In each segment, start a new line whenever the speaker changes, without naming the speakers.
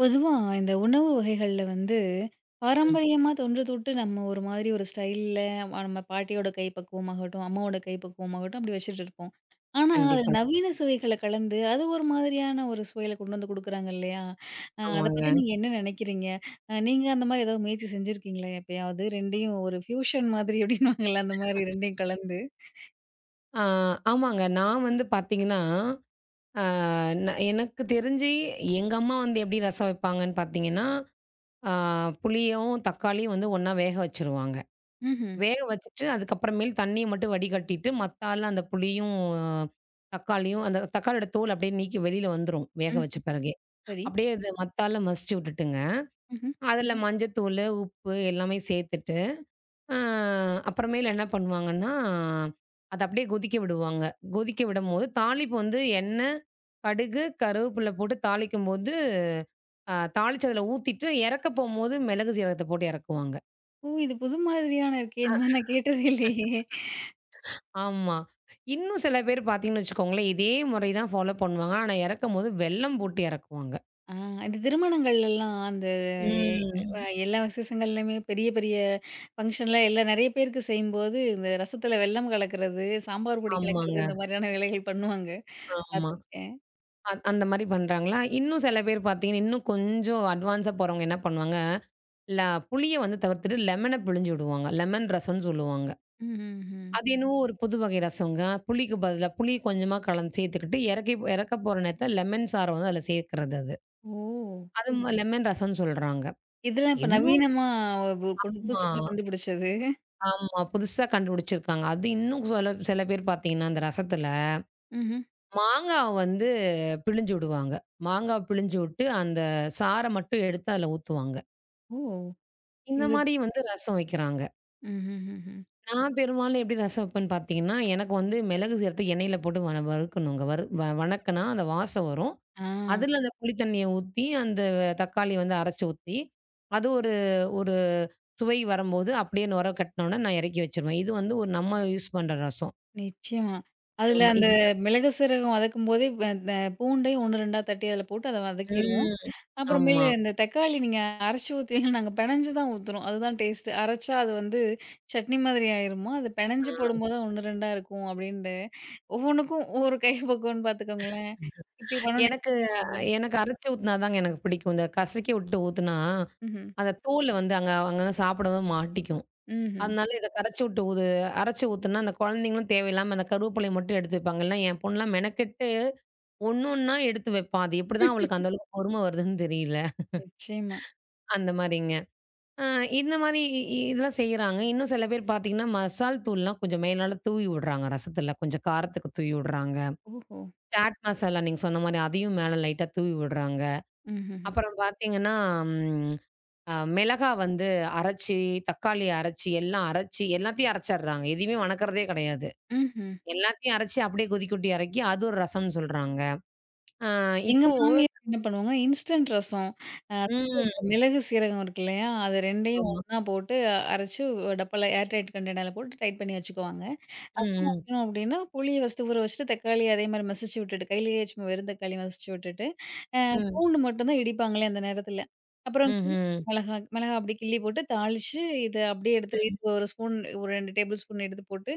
பொதுவா இந்த உணவு வகைகள்ல வந்து,
ம்.
பாரம்பரியமா தொன்று தொட்டு நம்ம ஒரு மாதிரி ஒரு ஸ்டைல்ல நம்ம பாட்டியோட கைப்பக்குவமாகட்டும், அம்மாவோட கைப்பக்குவமாகட்டும் அப்படி வச்சுட்டுருப்போம். ஆனா, அதில
கண்டிப்பா.
நவீன சுவைகள கலந்து அது ஒரு மாதிரியான ஒரு சுவையில கொண்டு வந்து குடுக்குறாங்க இல்லையா? அத பத்தி
ஆமாங்க.
நீங்க என்ன நெனைக்கிறீங்க? நீங்க அந்த மாதிரி ஏதாவது முயற்சி செஞ்சிருக்கீங்களா எப்பயாவது? 2யும் ஒரு ஃபியூஷன் மாதிரி அப்படின்னுவாங்கல்ல அந்த மாதிரி 2யும் கலந்து?
ஆ ஆமாங்க. நான் வந்து பார்த்தீங்கன்னா, ஆ ந எனக்கு தெரிஞ்சு எங்க அம்மா வந்து எப்படி ரசம் வைப்பாங்கன்னு பார்த்தீங்கன்னா, ஆ புளியும், தக்காளியும் வந்து ஒண்ணா வேக வச்சுருவாங்க.
ம்ஹ்ம்.
வேக வச்சுட்டு அதுக்கப்புறமேல் தண்ணிய மட்டும் வடிகட்டிட்டு, மத்தால அந்த புளியும், ஆ, தக்காளியும் அந்த தக்காளியோட தோல் அப்படியே நீக்கி வெளியில வந்துரும். வேக
ம்.
வச்ச பிறகே.
சரி.
அப்படியே அது மத்தால மசிச்சு விட்டுட்டுங்க,
ம்ஹ்ம்.
அதில மஞ்சத்தூளு, உப்பு எல்லாமே சேர்த்துட்டு அ அப்புறமேலு என்ன பண்ணுவாங்கன்னா, அத அப்படியே கொதிக்க விடுவாங்க. கொதிக்க விடும்போது தாளிப்பு வந்து எண்ணெய், கடுகு, கருவேப்பில போட்டு தாளிக்கும்போது, தாளிச்சு அதில ஊத்திட்டு இறக்க போம்போது மிளகு, சீரகத்த போட்டு இறக்குவாங்க.
ஓ! இது புது மாதிரியான இருக்கே! இந்த மாதிரி நான் கேட்டதே இல்லையே!
ஆமா. இன்னும் சில பேர் பார்த்தீங்கன்னு வச்சுக்கோங்களேன், இதே முறை தான் ஃபாலோ பண்ணுவாங்க. ஆனா இறக்கும்போது வெல்லம் போட்டு இறக்குவாங்க.
ஆ இந்த திருமணங்கள்லலாம் அந்த ம்.
ம்.
எல்லா விசேஷங்கள்லயுமே பெரிய பெரிய ஃபங்ஷன்ல எல்லா நெறைய பேருக்கு செய்யும்போது, இந்த ரசத்துல வெல்லம் கலக்கிறது, சாம்பார் பொடி கலக்கிறது
ஆமாங்க.
இந்த மாதிரியான வேலைகள் பண்ணுவாங்க.
ஆமா.
பார்த்துருக்கேன்.
அந்த மாரி பண்றாங்களா? இன்னும் சில பேர் பார்த்தீங்கன்னா, இன்னும் கொஞ்சம் அட்வான்ஸா போறவங்க என்ன பண்ணுவாங்க ல புளிய வந்து தவிர்த்துட்டு லெமன பிழிஞ்சு விடுவாங்க. லெமன் ரசம்ன்னு சொல்லுவாங்க.
ம்ஹ்ஹ்ம்.
அது என்னவோ ஒரு புது வகை ரசங்க. புளிக்கு பதிலா புளி கொஞ்சமா கலந்து சேர்த்துக்கிட்டு இறக்கி இறக்க போற நேரத்துல லெமன் சார வந்து அதுல சேர்க்கிறது அது.
ஓ!
அது லெமன் ரசம்ன்னு சொல்றாங்க.
இதெல்லாம் இப்ப
இன்னும்
நவீனமா ஒ கொண்டு புதுசு
ஆமா,
புதுசா கண்டுபிடிச்சது.
ஆமா. புதுசா கண்டுபிடிச்சிருக்காங்க. அது இன்னும் சில பேர் பார்த்தீங்கன்னா, அந்த ரசத்துல
ம்ஹ்ம்.
மாங்காவ வந்து பிழிஞ்சு விடுவாங்க. மாங்காவ பிழிஞ்சு விட்டு அந்த சார மட்டும் எடுத்து அதுல ஊத்துவாங்க.
ஓ!
இந்த
இது
மாரி வந்து ரசம் வைக்கிறாங்க.
ம்ஹ்ஹ்ம்.
நான் பெரும்பாலும் எப்படி ரசம் வைப்பேன்னு பார்த்தீங்கன்னா, எனக்கு வந்து மிளகு சேர்த்து எண்ணெயில போட்டு வறுக்கணுங்க. வறு வ வணக்குனா அந்த வாசம் வரும்.
ஆ.
அதில அந்த புளி தண்ணிய ஊத்தி, அந்த தக்காளி வந்து அரைச்சு ஊத்தி, அது ஒரு ஒரு சுவை வரும்போது அப்படியே நொர கட்னோனே நான் இறக்கி வச்சுருவேன். இது வந்து ஒரு நம்ம யூஸ் பண்ற ரசம்.
நிச்சயமா. அதுல
ஆமா.
அந்த
இது
மிளகு, சீரகம் வதக்கும்போதே அந்த பூண்டையும் 1, 2ஆ தட்டி அதுல போட்டு அத வதக்கிருவோம்.
ம்.
அப்புறமேலு
ஆமா.
இந்த தக்காளி நீங்க அரைச்சு ஊத்துவீங்கன்னு நாங்க பெனஞ்சு தான் ஊத்துறோம். அதுதான் டேஸ்ட்டு. அரைச்சா அது வந்து சட்னி மாதிரி ஆயிருமா, அது பெனஞ்சு
ஆ.
போடும்போது தான் 1, 2ஆ இருக்கும் அப்டின்ட்டு ஒவ்வொன்னுக்கும் ஒவ்வொரு கை பக்குவம்ன்னு பாத்துக்கோங்களேன். இப்டி பண்ணணும்.
எனக்கு எனக்கு அரைச்சு ஊத்துனா தாங்க எனக்கு பிடிக்கும். இந்த கசக்கி விட்டு ஊத்துனா,
ம்ஹ்ம்.
அந்த தோலு வந்து அங்கங்க சாப்பிடும்போது மாட்டிக்கும்.
ம்ஹ்ம்.
அதனால இத கரைச்சு விட்டு ஊது அரைச்சு ஊத்துனா, அந்த குழந்தைங்களும் தேவையில்லாம அந்த கருவேப்பிலைய மட்டும் எடுத்து வைப்பாங்க. இல்ல என் பொண்லாம் மெனக்கெட்டு ஒண்ணா எடுத்து வைப்பா. அது எப்படிதான் அவளுக்கு அந்த அளவுக்கு பொறும வருதுன்னு தெரியல.
நிச்சயமா.
அந்த மாரிங்க. அ இந்த மாரி இ இ இதெல்லாம் செய்றாங்க. இன்னும் சில பேர் பார்த்தீங்கன்னா, மசால் தூள்லாம் கொஞ்சம் மேலால தூவி விடுறாங்க ரசத்துல. கொஞ்சம் காரத்துக்கு தூவி விடுறாங்க.
ஓஹோ!
சாட் மசாலா நீங்க சொன்ன மாரி அதையும் மேல லைட்டா தூவி விடுறாங்க.
ம்ஹ்ஹ்ம்.
அப்புறம் பார்த்தீங்கன்னா, ம் அ மிளகா வந்து அரைச்சு, தக்காளி அரைச்சு, எல்லாம் அரைச்சு எல்லாத்தையும் அரைச்சர்றாங்க. எதையுமே வணக்கறதே கிடையாது.
ம்ஹ்ம்.
எல்லாத்தையும் அரைச்சு அப்படியே கொதிக்கவுட்டு இறக்கி, அது ஒரு ரசம்னு சொல்றாங்க. ஆ
எங்க
இப்போ
மாமியார் என்ன பண்ணுவாங்கன்னா, இன்ஸ்டன்ட் ரசம். அ
ம்.
இந்த மிளகு, சீரகம் இருக்கு இல்லையா? அது 2யும்
ஆமா.
ஒண்ணா போட்டு அரைச்சு டப்பால ஏர் டைட் கண்டெய்னர்ல போட்டு டைட் பண்ணி வச்சுக்குவாங்க.
ம், ம்,
வேணும் அப்டின்னா புளிய ஃபர்ஸ்ட்டு ஊற வச்சுட்டு, தக்காளி அதே மாரி மசிச்சு விட்டுட்டு, கையிலேயே சும்மா வெறும் தக்காளி மசிச்சு விட்டுட்டு, அ
ம்,
பூண்டு மட்டும் தான் இடிப்பாங்களே அந்த நேரத்துல. அப்புறம்
ம்ஹ்ம்.
மிளகா மிளகா அப்டி கிள்ளி போட்டு தாளிச்சு, இத அப்டியே எடுத்து
ம்,
இது ஒரு ஸ்பூன், ஒரு 2 டேபிள் ஸ்பூன் எடுத்து போட்டு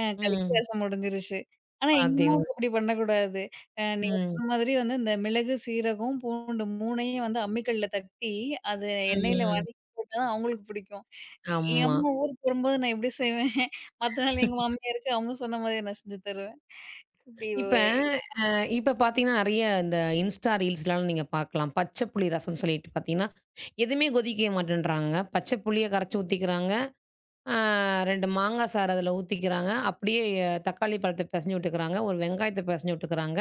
கலக்கி
ம்.
ரசம் முடிஞ்சிருச்சு. ஆனா எங்க
பாத்தீங்களா?
அம்மாவுக்கு அப்படி பண்ணக்கூடாது. நீங்க
ம்,
சொன்ன மாதிரி வந்து இந்த மிளகு, சீரகம், பூண்டு 3யும் வந்து அம்மிக்கல்ல தட்டி, அது எண்ணெயில
ம்.
வதக்கி போட்டா தான் அவங்களுக்கு பிடிக்கும். என்
ஆமா.
அம்மா ஊருக்கு வரும்போது நான் எப்படி செய்வேன்? மத்த நாள் எங்க மாமியாருக்கு அவங்க சொன்ன மாதிரி நான் செஞ்சு தருவேன். இப்படி
இப்ப
ஒரு
அ இப்ப பாத்தீங்கன்னா, நெறைய இந்த இன்ஸ்டா ரீல்ஸ்லாம் நீங்க பாக்கலாம். பச்சை புளி ரசம்னு சொல்லிட்டு பாத்தீங்கன்னா, எதுவுமே கொதிக்க மாட்டேன்றாங்க. பச்சை புளிய கரைச்சு ஊத்திக்கிறாங்க. ஆ 2 மாங்கா சாறு அதுல ஊத்திக்கிறாங்க. அப்படியே தக்காளி பழத்த பெசஞ்சு விட்டுக்கிறாங்க. ஒரு வெங்காயத்த பெசஞ்சு விட்டுக்கிறாங்க.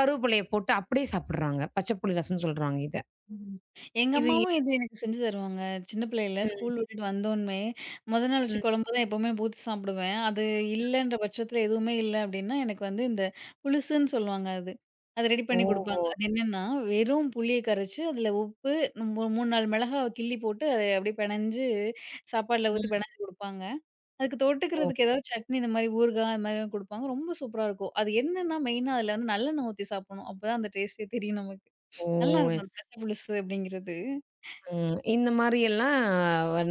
கருவேப்பிலைய போட்டு அப்படியே சாப்பிடுறாங்க. பச்சை புளி ரசம்ன்னு சொல்றாங்க இத.
ம். எங்க
இது ஏ
அம்மாவும் இது எனக்கு செஞ்சு தருவாங்க. சின்ன பிள்ளையில ஸ்கூல்
ம்,
விட்டுட்டு வந்தோன்னே, மொத நாள் வச்ச
ம்.
குழம்பு தான் எப்பவுமே நான் ஊத்தி சாப்பிடுவேன். அது இல்லன்ற பட்சத்தில எதுவுமே இல்ல அப்டின்னா, எனக்கு வந்து இந்த புலுசுன்னு சொல்லுவாங்க அது. அது ரெடி பண்ணி
ஓஹோ!
குடுப்பாங்க. அது என்னன்னா, வெறும் புளிய கரைச்சு, அதில உப்பு, 3, 4 மிளகாவ கிள்ளி போட்டு, அத அப்படியே பெனஞ்சு சாப்பாடுல ஊத்தி
ம்.
பெனஞ்சு குடுப்பாங்க. அதுக்கு தொட்டுக்கிறதுக்கு
ஓஹோ!
ஏதாவது சட்னி இந்த மாரி ஊறுகாய் அந்த மாரி குடுப்பாங்க. ரொம்ப சூப்பரா இருக்கும். அது என்னன்னா மெயினா அதில வந்து நல்லெண்ணெய் ஊத்தி சாப்பிடணும். அப்பதான் அந்த டேஸ்ட்டே தெரியும் நமக்கு.
ஓ!
நல்லாருக்கும் அந்த பச்சை புளுசு அப்படிங்கிறது.
ம். இந்த மாரி எல்லாம்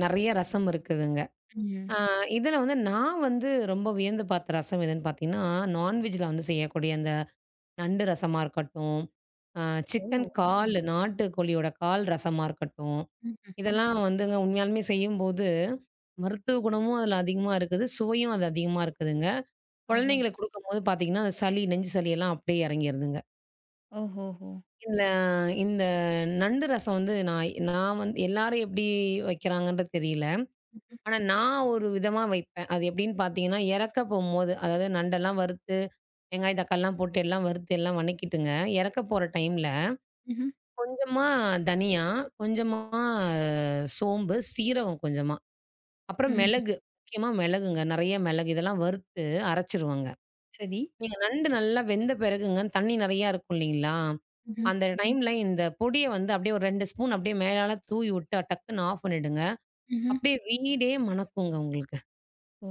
நெறைய ரசம் இருக்குதுங்க.
ம்.
ஆ இதுல வந்து நான் வந்து ரொம்ப வியந்து பார்த்த ரசம் எதுன்னு பார்த்தீங்கன்னா, நான்வெஜ்ல வந்து செய்யக்கூடிய அந்த நண்டு ரசமா இருக்கட்டும், அ சிக்கன்
ஓ!
கால் நாட்டுக்கோழியோட கால் ரசமா இருக்கட்டும்,
ம்ஹ்ம்.
இதெல்லாம் வந்துங்க உண்மையாலுமே செய்யும்போது மருத்துவ குணமும் அதுல அதிகமா இருக்குது. சுவையும் அது அதிகமா இருக்குதுங்க.
ஓஹோ!
குழந்தைங்களுக்கு குடுக்கும்போது பார்த்தீங்கன்னா, அந்த சளி, நெஞ்சு சளி எல்லாம் அப்படியே இறங்கிருதுங்க.
ஓஹோஹோ!
இதுல இந்த நண்டு ரசம் வந்து நான் நான் வந்து எல்லாரும் எப்படி வைக்கிறாங்கன்றது தெரியல.
ம்ஹ்ம்.
ஆனா நான் ஒரு விதமா வைப்பேன். அது எப்படின்னு பார்த்தீங்கன்னா, இறக்க போம்போது, அதாவது நண்டெல்லாம் வறுத்து, வெங்காயம், தக்காளிலாம் போட்டு எல்லாம் வறுத்து எல்லாம் வணக்கிட்டுங்க, இறக்க போற டைம்ல
ம்ஹ்ம்.
கொஞ்சமா தனியா, கொஞ்சமா சோம்பு, சீரகம் கொஞ்சமா, அப்புறம்
ம்.
மிளகு. முக்கியமா மிளகுங்க. நெறைய மிளகு இதெல்லாம் வறுத்து அரைச்சுருவங்க.
சரி.
நீங்க நண்டு நல்லா வெந்த பிறகுங்க, தண்ணி நெறையா இருக்கும் இல்லைங்களா?
ம்ஹ்ம்.
அந்த ம். டைம்ல இந்த பொடிய வந்து அப்படியே ஒரு 2 ஸ்பூன் அப்படியே மேலால தூவி விட்டு டக்குன்னு ஆஃப் பண்ணிடுங்க.
ம்ஹ்ம்.
அப்படியே வீடே மணக்குங்க உங்களுக்கு.
ஓ!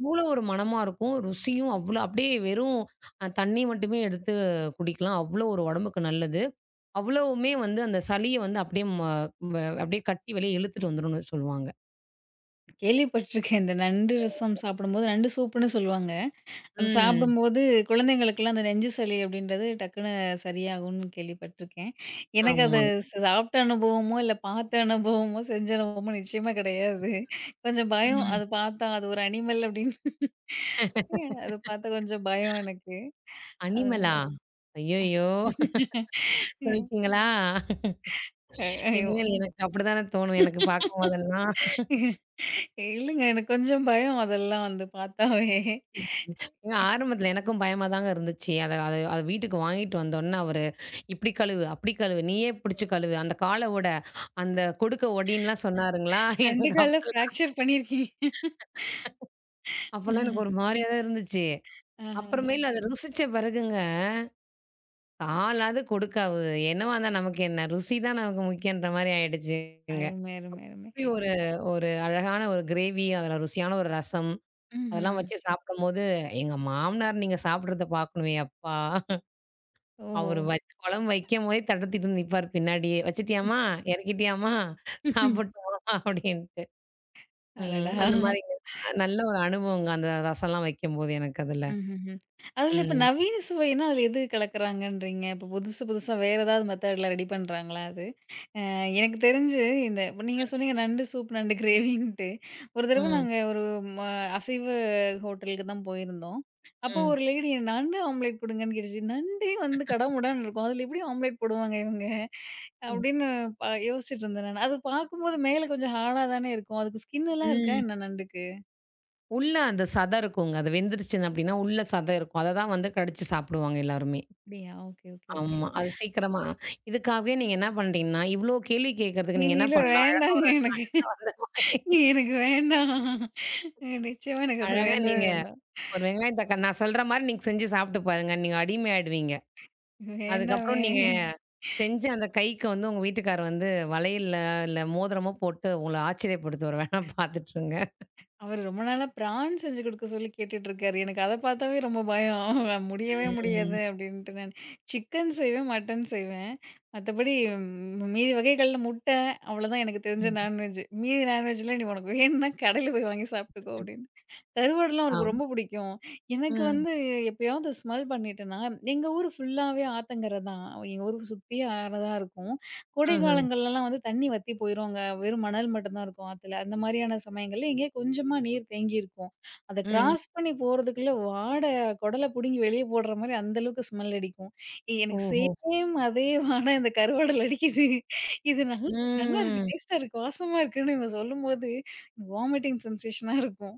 அவ்வளோ ஒரு மணமா இருக்கும். ருசியும் அவ்வளோ அப்படியே வெறும் தண்ணி மட்டுமே எடுத்து குடிக்கலாம். அவ்வளோ ஒரு உடம்புக்கு நல்லது. அவ்வளவுமே வந்து அந்த சளிய வந்து அப்படியே ம வ அப்படியே கட்டி வெளிய இழுத்துட்டு வந்துரும்னு சொல்லுவாங்க.
கேள்விப்பட்டுருக்கேன். இந்த நண்டு ரசம் சாப்பிடும்போது நண்டு சூப்புன்னு சொல்லுவாங்க. அது
ம்.
சாப்பிடும்போது குழந்தைங்களுக்கெல்லாம் அந்த நெஞ்சு சளி அப்படின்றது டக்குன்னு சரியாகும்னு கேள்விப்பட்டுருக்கேன். எனக்கு அது
ஆமா.
சாப்பிட்ட அனுபவமோ, இல்ல பார்த்த அனுபவமோ, செஞ்ச அனுபவமோ நிச்சயமா கிடையாது. கொஞ்சம் பயம்.
ம்.
அது பார்த்தா அது ஒரு அனிமல் அப்படின்னு அது பார்த்தா கொஞ்சம் பயம் எனக்கு. அதனால
அனிமலா? ஐயய்யோ! சொல்ட்டீங்களா?
ஐயோ!
இனிமேல் எனக்கு அப்படித்தானே தோணும் எனக்கு பார்க்கும்போதெல்லாம்.
இல்லங்க. எனக்கு கொஞ்சம் பயம் அதெல்லாம் வந்து பார்த்தாவே.
ஏங்க ஆரம்பத்தில எனக்கும் பயமா தாங்க இருந்துச்சு. அத அத அத வீட்டுக்கு வாங்கிட்டு வந்தோன்னே அவரு, "இப்படி கழுவு, அப்படி கழுவு, நீயே பிடிச்சு கழுவு, அந்த கால ஒட, அந்த கொடுக்க ஒடின்லாம்" சொன்னாருங்களா,
ரெண்டு
எனக்கு அப்
கால்ல ஃப்ராக்சர் பண்ணியிருக்கீங்க.
அப்போலாம் எனக்கு ஒரு மாரியா தான் இருந்துச்சு.
ஆஹஹ.
அப்புறமேலு அத ருசிச்ச பிறகுங்க, காலாவது கொடுக்காவு, என்னவா இருந்தா நமக்கு என்ன, ருசி தான் நமக்கு முக்கியன்ற மாரி ஆயிடுச்சுங்க.
அருமை, அருமை, அருமை.
அப்படி ஒரு ஒரு அழகான ஒரு கிரேவி, அதில ருசியான ஒரு ரசம்,
ம்ஹ்ம்.
அதெல்லாம் வச்சு சாப்பிடும்போது, எங்க மாமனார் நீங்க சாப்பிடுறத பார்க்கணுமே அப்பா!
ஓஹோ!
அவரு வச்சு குழம்பு வைக்கும்போதே தட்டத்தூக்கிட்டு வந்து நிப்பாரு பின்னாடியே. "வச்சுட்டியாம்மா? இறக்கிட்டியாம்மா? சாப்புட்டோமா?" அப்படின்ட்டு. ம்.
அடடா!
அந்த மாரிங்க. நல்ல ஒரு அனுபவங்க அந்த ரசம்லாம் வைக்கும்போது எனக்கு அதுல.
ம்ஹ்ஹ்ம். அதுல இப்ப
ம்.
நவீன சுவைன்னா, அதுல எது கலக்குறாங்கன்றீங்க? இப்ப புதுசு புதுசா வேற ஏதாவது மெத்தட்ல ரெடி பண்றாங்களா அது? எனக்கு தெரிஞ்சு இந்த இப்ப நீங்க சொன்னீங்க நண்டு சூப், நண்டு கிரேவின்ட்டு. ஒரு தடவ
ம்.
நாங்க ஒரு ம அசைவ ஹோட்டலுக்கு தான் போயிருந்தோம். அப்போ ஒரு
ம்.
லேடி நண்டு ஆம்லெட் குடுங்கன்னு கேட்டுச்சு. நண்டே வந்து கடமுடான்னு இருக்கும். அதில எப்படி ஆம்லெட் போடுவாங்க இவங்க?
ம்.
அப்படின்னு ப யோசிச்சுட்டு இருந்தேன் நானு. அது பார்க்கும்போது மேல கொஞ்சம் ஹார்டா தானே இருக்கும். அதுக்கு ஸ்கின் எல்லாம் இருக்கா
ம்.
என்ன நண்டுக்கு?
உள்ள அந்த சத இருக்குங்க. அது வெந்துருச்சுன்னு அப்படின்னா, உள்ள சத இருக்கும். அத தான் வந்து கடிச்சு சாப்பிடுவாங்க எல்லாருமே.
அப்படியா? Okay, okay, okay.
ஆமா. அது சீக்கிரமா இதுக்காகவே நீங்க என்ன பண்றீங்கன்னா, இவ்ளோ கேள்வி கேட்கறதுக்கு நீங்க என்ன
இல்ல
பண்ணலாம்? அழகா
வேண்டாங்க
ஒரு 2
எனக்கு.
நாள்ல வந்து வாங்கி
எனக்கு வேண்டாம். நிச்சயமா எனக்கு அது
அழகா
வேண்டவே
நீங்க
வேண்டாம்.
ஒரு வெங்காயம் தக்காளி நான் சொல்ற மாரி நீங்க செஞ்சு சாப்பிட்டு பாருங்க. நீங்க அடிமை ஆயிடுவீங்க. அதுக்கப்புறம்
வேண்டாமே.
நீங்க செஞ்ச அந்த கைக்கு வந்து உங்க வீட்டுக்காரர் வந்து வளையல்ல இல்ல மோதிரமோ போட்டு உங்கள ஆச்சரியப்படுத்துவாரு. வேணா பார்த்துட்டுருங்க.
அவரு ரொம்ப நாளா பிரான் செஞ்சு குடுக்க சொல்லி கேட்டுட்ருக்காரு. எனக்கு அத பார்த்தாவே ரொம்ப பயம். முடியவே முடியாது
ம்.
அப்படின்ட்டு நான். சிக்கன் செய்வேன், மட்டன் செய்வேன். மத்தபடி மீதி வகைகள்ல முட்டை, அவ்வளோதான் எனக்கு தெரிஞ்ச
ம்.
நான்வெஜ். மீதி நான்வெஜ்லாம் நீ உனக்கு வேணும்னா கடையில போய் வாங்கி சாப்பிட்டுக்கோ அப்படின்னு. கருவாடுலாம் அவருக்கு
ஆம்.
ரொம்ப பிடிக்கும். எனக்கு
ம்.
வந்து எப்பயாவது ஸ்மெல் பண்ணிட்டேன்னா, எங்க ஊரு ஃபுல்லாவே ஆத்தங்கரை தான். எங்க ஊரு சுத்தி ஆறு தான் இருக்கும். கோடை
ம்ஹ்ம்.
காலங்கள்லலாம் வந்து தண்ணி வத்தி போயிரும். அங்க வெறும் மணல் மட்டும் தான் இருக்கும் ஆத்துல. அந்த மாரியான சமயங்கள்ல எங்கேயோ கொஞ்சமா நீர் தேங்கியிருக்கும். அத
ம்.
கிராஸ் பண்ணி போறதுக்குள்ள வாட குடல புடுங்கி வெளிய போடுற மாரி அந்த அளவுக்கு ஸ்மெல் அடிக்கும். எனக்கு
ஓஹோ!
சேம் அதே வாட இந்த கருவாடுல அடிக்குது. இது நல்லா நல்லாருக்கு.
ம்.
டேஸ்ட்டா இருக்கு. வாசமா இருக்குன்னு இவங்க சொல்லும்போது வாமிட்டிங் சென்சேஷனா இருக்கும்.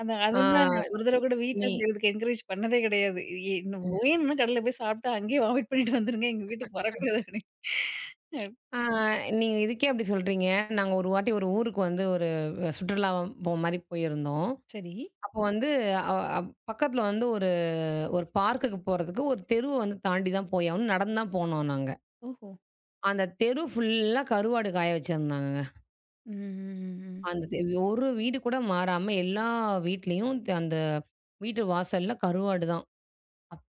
ஆ
அதுதான் நான் ஒரு தடவ கூட வீட்ல
நீ
செய்றதுக்கு என்கரேஜ் பண்ணதே கிடையாது. இ இ வேணும்னா கடையில போய் சாப்பிட்டு அங்கேயே வாமிட் பண்ணிட்டு வந்துருங்க. எங்க வீட்டுக்கு வரக்கூடாது அப்படின்னு. அ
ஆ நீங்க இதுக்கே அப்படி சொல்றீங்க. நாங்க ஒரு வாட்டி ஒரு ஊருக்கு வந்து ஒரு சுற்றுலா போ மாரி போயிருந்தோம்.
சரி.
அப்போ வந்து அ பக்கத்தில வந்து ஒரு பார்க்குக்கு போறதுக்கு ஒரு தெருவ வந்து தாண்டி தான் போய் ஆகணும். நடந்து தான் போனோம் நாங்க.
ஓஹோ!
அந்த தெரு ஃபுல்லா கருவாடு காய வச்சிருந்தாங்கங்க.
ம், ம், ம்.
அந்த தெ ஒரு வீடு கூட மாறாம எல்லா வீட்லயும் அந்த வீட்டு வாசல்ல கருவாடு தான்.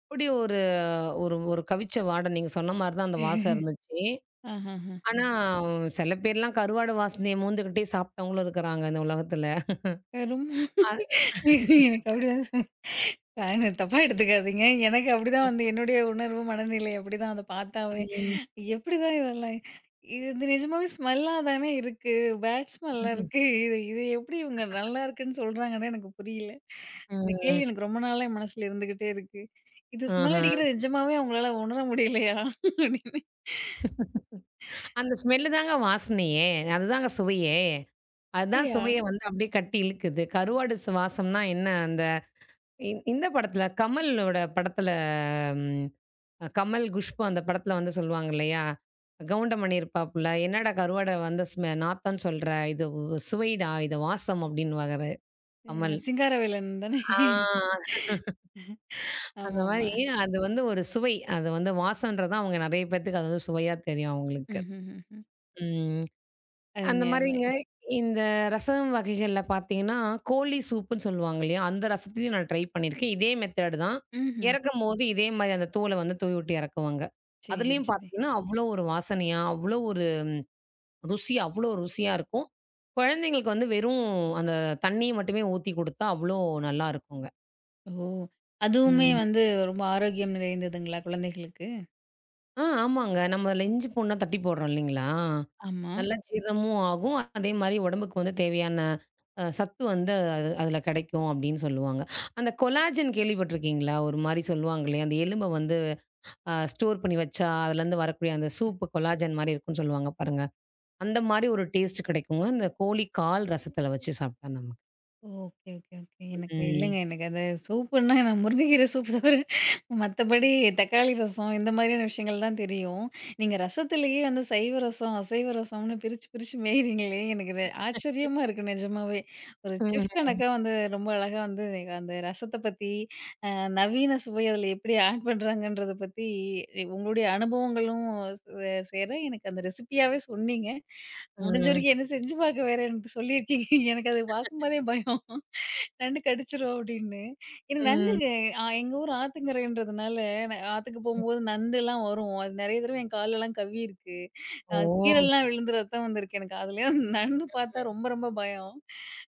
அப்படி ஒரு ஒரு ஒரு கவிச்ச வாட நீங்க சொன்ன மாரி தான் அந்த வாசம் இருந்துச்சு.
ஆஹஹ.
ஆனா சில பேர்லாம் கருவாடு வாசனைய மோந்துகிட்டே சாப்பிட்டவங்களும் இருக்கிறாங்க இந்த உலகத்துல.
ரொம்ப
அது
எனக்கு அப்படிதான். நான் தப்பா எடுத்துக்காதீங்க. எனக்கு அப்படிதான் வந்து என்னுடைய உணர்வு, மனநிலை அப்படிதான் அத பார்த்தாவே.
ம்,
எப்படிதான் இதெல்லாம் இது இது நிஜமாவே ஸ்மெல்லா தானே இருக்கு. பேட் ஸ்மெல்லா
ம்,
இருக்கு. இது இது எப்படி இவங்க நல்லா இருக்குன்னு சொல்றாங்கன்னு எனக்கு புரியல. இந்த
ம்.
கேள்வி எனக்கு ரொம்ப நாளா என் மனசுல இருந்துகிட்டே இருக்கு. "இது
ஆஹ.
ஸ்மெல் அடிக்கிறது நிஜமாவே அவங்களால உணர முடியலையா?" அப்படின்னு.
அந்த ஸ்மெல்லு தாங்க வாசனையே. அதுதாங்க சுவையே! அதான்
"அப்படியா?
சுவைய வந்து அப்படியே கட்டி இழுக்குது. கருவாடு சுவாசம்னா என்ன அந்த இந்த படத்துல கமலோட படத்துல ம் கமல், குஷ்பு அந்த படத்துல வந்து சொல்லுவாங்க இல்லையா? கவுண்டமணி இருப்பாப்புல, "என்னடா கருவாட வந்து நாத்தம்ன்னு சொல்ற? இது உ சுவைடா, இது வாசம்" அப்படின்னுவாரு
அ
கமல்.
சிங்காரவேலன் தானே?"
ஆ அந்த
ஆமாமா.
மாரி அது வந்து ஒரு சுவை. அது வந்து வாசம்ன்றது தான் அவங்க நெறைய பேத்துக்கு அது வந்து சுவையா தெரியும் அவங்களுக்கு.
ம்ஹ்ஹ்ஹ்ம்.
ம். அந்த
அருமை, அருமை.
மாரிங்க. இந்த ரசம் வகைகள்ல பார்த்தீங்கன்னா, கோழி சூப்புன்னு சொல்லுவாங்க இல்லையா? அந்த ரசத்துலயும் நான் ட்ரை பண்ணியிருக்கேன். இதே மெத்தேடு தான்.
ம்ஹ்ம்.
இறக்கும்போது இதே மாரி அந்த தோல வந்து தூவி விட்டு இறக்குவாங்க.
சரி, சரி,
அதுலயும்
சரி.
பார்த்தீங்கன்னா, அவ்ளோ ஒரு வாசனையா, அவ்ளோ ஒரு ருசி அவ்ளோ ருசியா இருக்கும். குழந்தைங்களுக்கு வந்து வெறும் அந்த தண்ணிய மட்டுமே ஊத்தி குடுத்தா, அவ்ளோ நல்லாருக்குங்க.
ஓ! அதுவுமே
ம்.
வந்து ரொம்ப ஆரோக்கியம் நிறைந்ததுங்களா குழந்தைகளுக்கு?
ஆமாங்க. நம்ம அதுல இஞ்சி பூண்டுலாம் தட்டி போடுறோம் இல்லைங்களா?
ஆமா.
நல்ல ஜீரணமும் ஆகும். அதே மாரி உடம்புக்கு வந்து தேவையான சத்து வந்து அது அதில கிடைக்கும் அப்படின்னு சொல்லுவாங்க. அந்த கொலாஜன் கேள்விப்பட்டுருக்கீங்களா? ஒரு மாரி சொல்லுவாங்க இல்லையா? அந்த எலும்ப வந்து ஸ்டோர் பண்ணி வச்சா அதுலேருந்து வரக்கூடிய அந்த சூப் கொலாஜன் மாரி இருக்குன்னு சொல்லுவாங்க பாருங்க. அந்த மாரி ஒரு டேஸ்ட் கிடைக்குங்க. இந்த கோழி கால் ரசத்தில வச்சு சாப்பிட்டா நமக்கு.
Okay, okay, okay. எனக்கு இல்லங்க.
ம்.
எனக்கு அந்த சூப்புன்னா நான் முருங்கைக்கீரை சூப்பு தவிர மத்தபடி தக்காளி ரசம் இந்த மாதிரியான விஷயங்கள் தான் தெரியும். நீங்க ரசத்திலேயே வந்து சைவ ரசம், அசைவ ரசம்னு பிரிச்சு, பிரிச்சு மேய்றீங்களே! எனக்கு இது ஆச்சரியமா இருக்கு நிஜமாவே. ஒரு
ம்ஹ்ம்.
செஃப் கணக்கா வந்து ரொம்ப அழகா வந்து அந்த ரசத்த பத்தி நவீன சுவை அதில எப்படி ஆட் பண்றாங்கன்றத பத்தி உங்களுடைய அனுபவங்களும் சேர எனக்கு அந்த ரெசிபியாவே சொன்னீங்க. முடிஞ்ச
ம்.
வரைக்கும் என்ன செஞ்சு பார்க்க வேற எனக்கு சொல்லியிருக்கீங்க. எனக்கு அது பார்க்கும்போதே பயம். நண்டு கடிச்சிரும் அப்படின்னு. எனக்கு நண்டு
ம்.
எங்க ஊர் ஆத்துங்கரைன்றதுனால ஆத்துக்கு
ம்.
போகும்போது நண்டுலாம் வரும். அது நெறைய தடவை என் காலெல்லாம் கவ்வியிருக்கு. அ
ஓ!
கீழலாம் விழுந்து ரத்தம் வந்திருக்கு எனக்கு. அதுலயும் நண்டு பார்த்தா ரொம்ப ரொம்ப பயம்.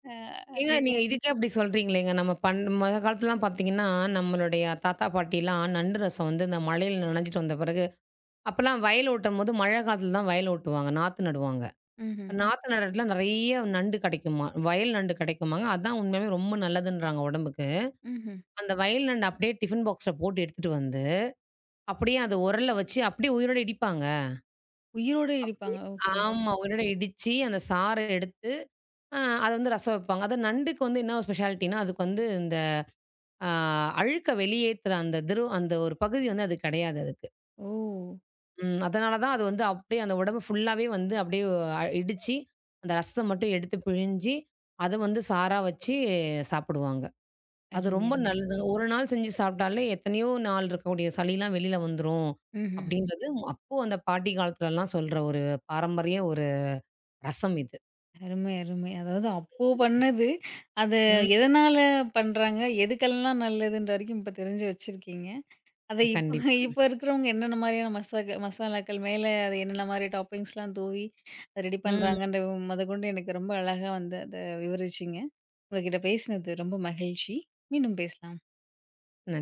அ
ஏங்க
நீங்க.
நீங்க இதுக்கே அப்படி சொல்றீங்களேங்க. நம்ம பண் மொத காலத்துலலாம் பார்த்தீங்கன்னா, நம்மளுடைய தாத்தா, பாட்டிலாம் நண்டு ரசம் வந்து இந்த மழையில நனைஞ்சிட்டு வந்த பிறகு அப்பலாம் வயல் ஓட்டும்போது மழை காலத்துல தான் வயல் ஓட்டுவாங்க. நாத்து நடுவாங்க.
ம்ஹ்ம்.
ம். நாத்து நடுறதுல நெறைய நண்டு கெடைக்குமா. வயல் நண்டு கெடைக்குமாங்க. அதான் உண்மையாவே ரொம்ப நல்லதுன்றாங்க உடம்புக்கு.
ம்ஹ்ம்.
அந்த வயல் நண்டு அப்படியே டிஃபன் பாக்ஸ்ல போட்டு எடுத்துட்டு வந்து, அப்படியே அத உரல்ல வச்சு அப்படியே உயிரோட இடிப்பாங்க.
உயிரோட இடிப்பாங்க.
அப்படியே
ஓகே.
ஆமா. உயிரோட இடிச்சு, அந்த சார எடுத்து அத வந்து ரசம் வைப்பாங்க. அது நண்டுக்கு வந்து என்ன ஒரு ஸ்பெஷாலிட்டின்னா, அதுக்கு வந்து இந்த அ அழுக்க வெளியேத்துற அந்த ஒரு பகுதி வந்து அது கெடையாது அதுக்கு.
ஓ!
ம். அதனால தான் அது வந்து அப்படியே அந்த உடம்பு ஃபுல்லாவே வந்து அப்படியே இடிச்சு, அந்த ரசத்த மட்டும் எடுத்து பிழிஞ்சு, அத வந்து சாறா வச்சு சாப்பிடுவாங்க. அது
அருமை,
ரொம்ப ம்.
அருமை.
நல்லதுங்க. ஒரு நாள் செஞ்சு சாப்பிட்டாலே எத்தனையோ நாள் இருக்கக்கூடிய சளிலாம் வெளில வந்துரும். ம்.
ம்ஹ்ம்.
அப்படின்றது அப்போ அந்த பாட்டி காலத்துலலாம் சொல்ற ஒரு பாரம்பரிய ஒரு ரசம் இது.
அருமை, அருமை. அதாவது அப்போ பண்ணது, அது
ம்.
எதனால பண்றாங்க? எதுக்கெல்லாம் நல்லதுன்ற வரைக்கும் இப்ப தெரிஞ்சு வச்சிருக்கீங்க. அத இப்ப
கண்டிப்பா.
இப்ப இருக்கிறவங்க என்னென்ன மாதிரியான மசாலாக்கள் மேல அது என்னென்ன மாரி டாப்பிங்ஸ்லாம் தூவி ரெடி
ம்.
பண்றாங்கன்ற மொதற்கொண்டு எனக்கு ரொம்ப அழகா வந்து அத விவரிச்சீங்க. உங்ககிட்ட பேசினது ரொம்ப மகிழ்ச்சி. மீண்டும் பேசலாம்.
நன்றி.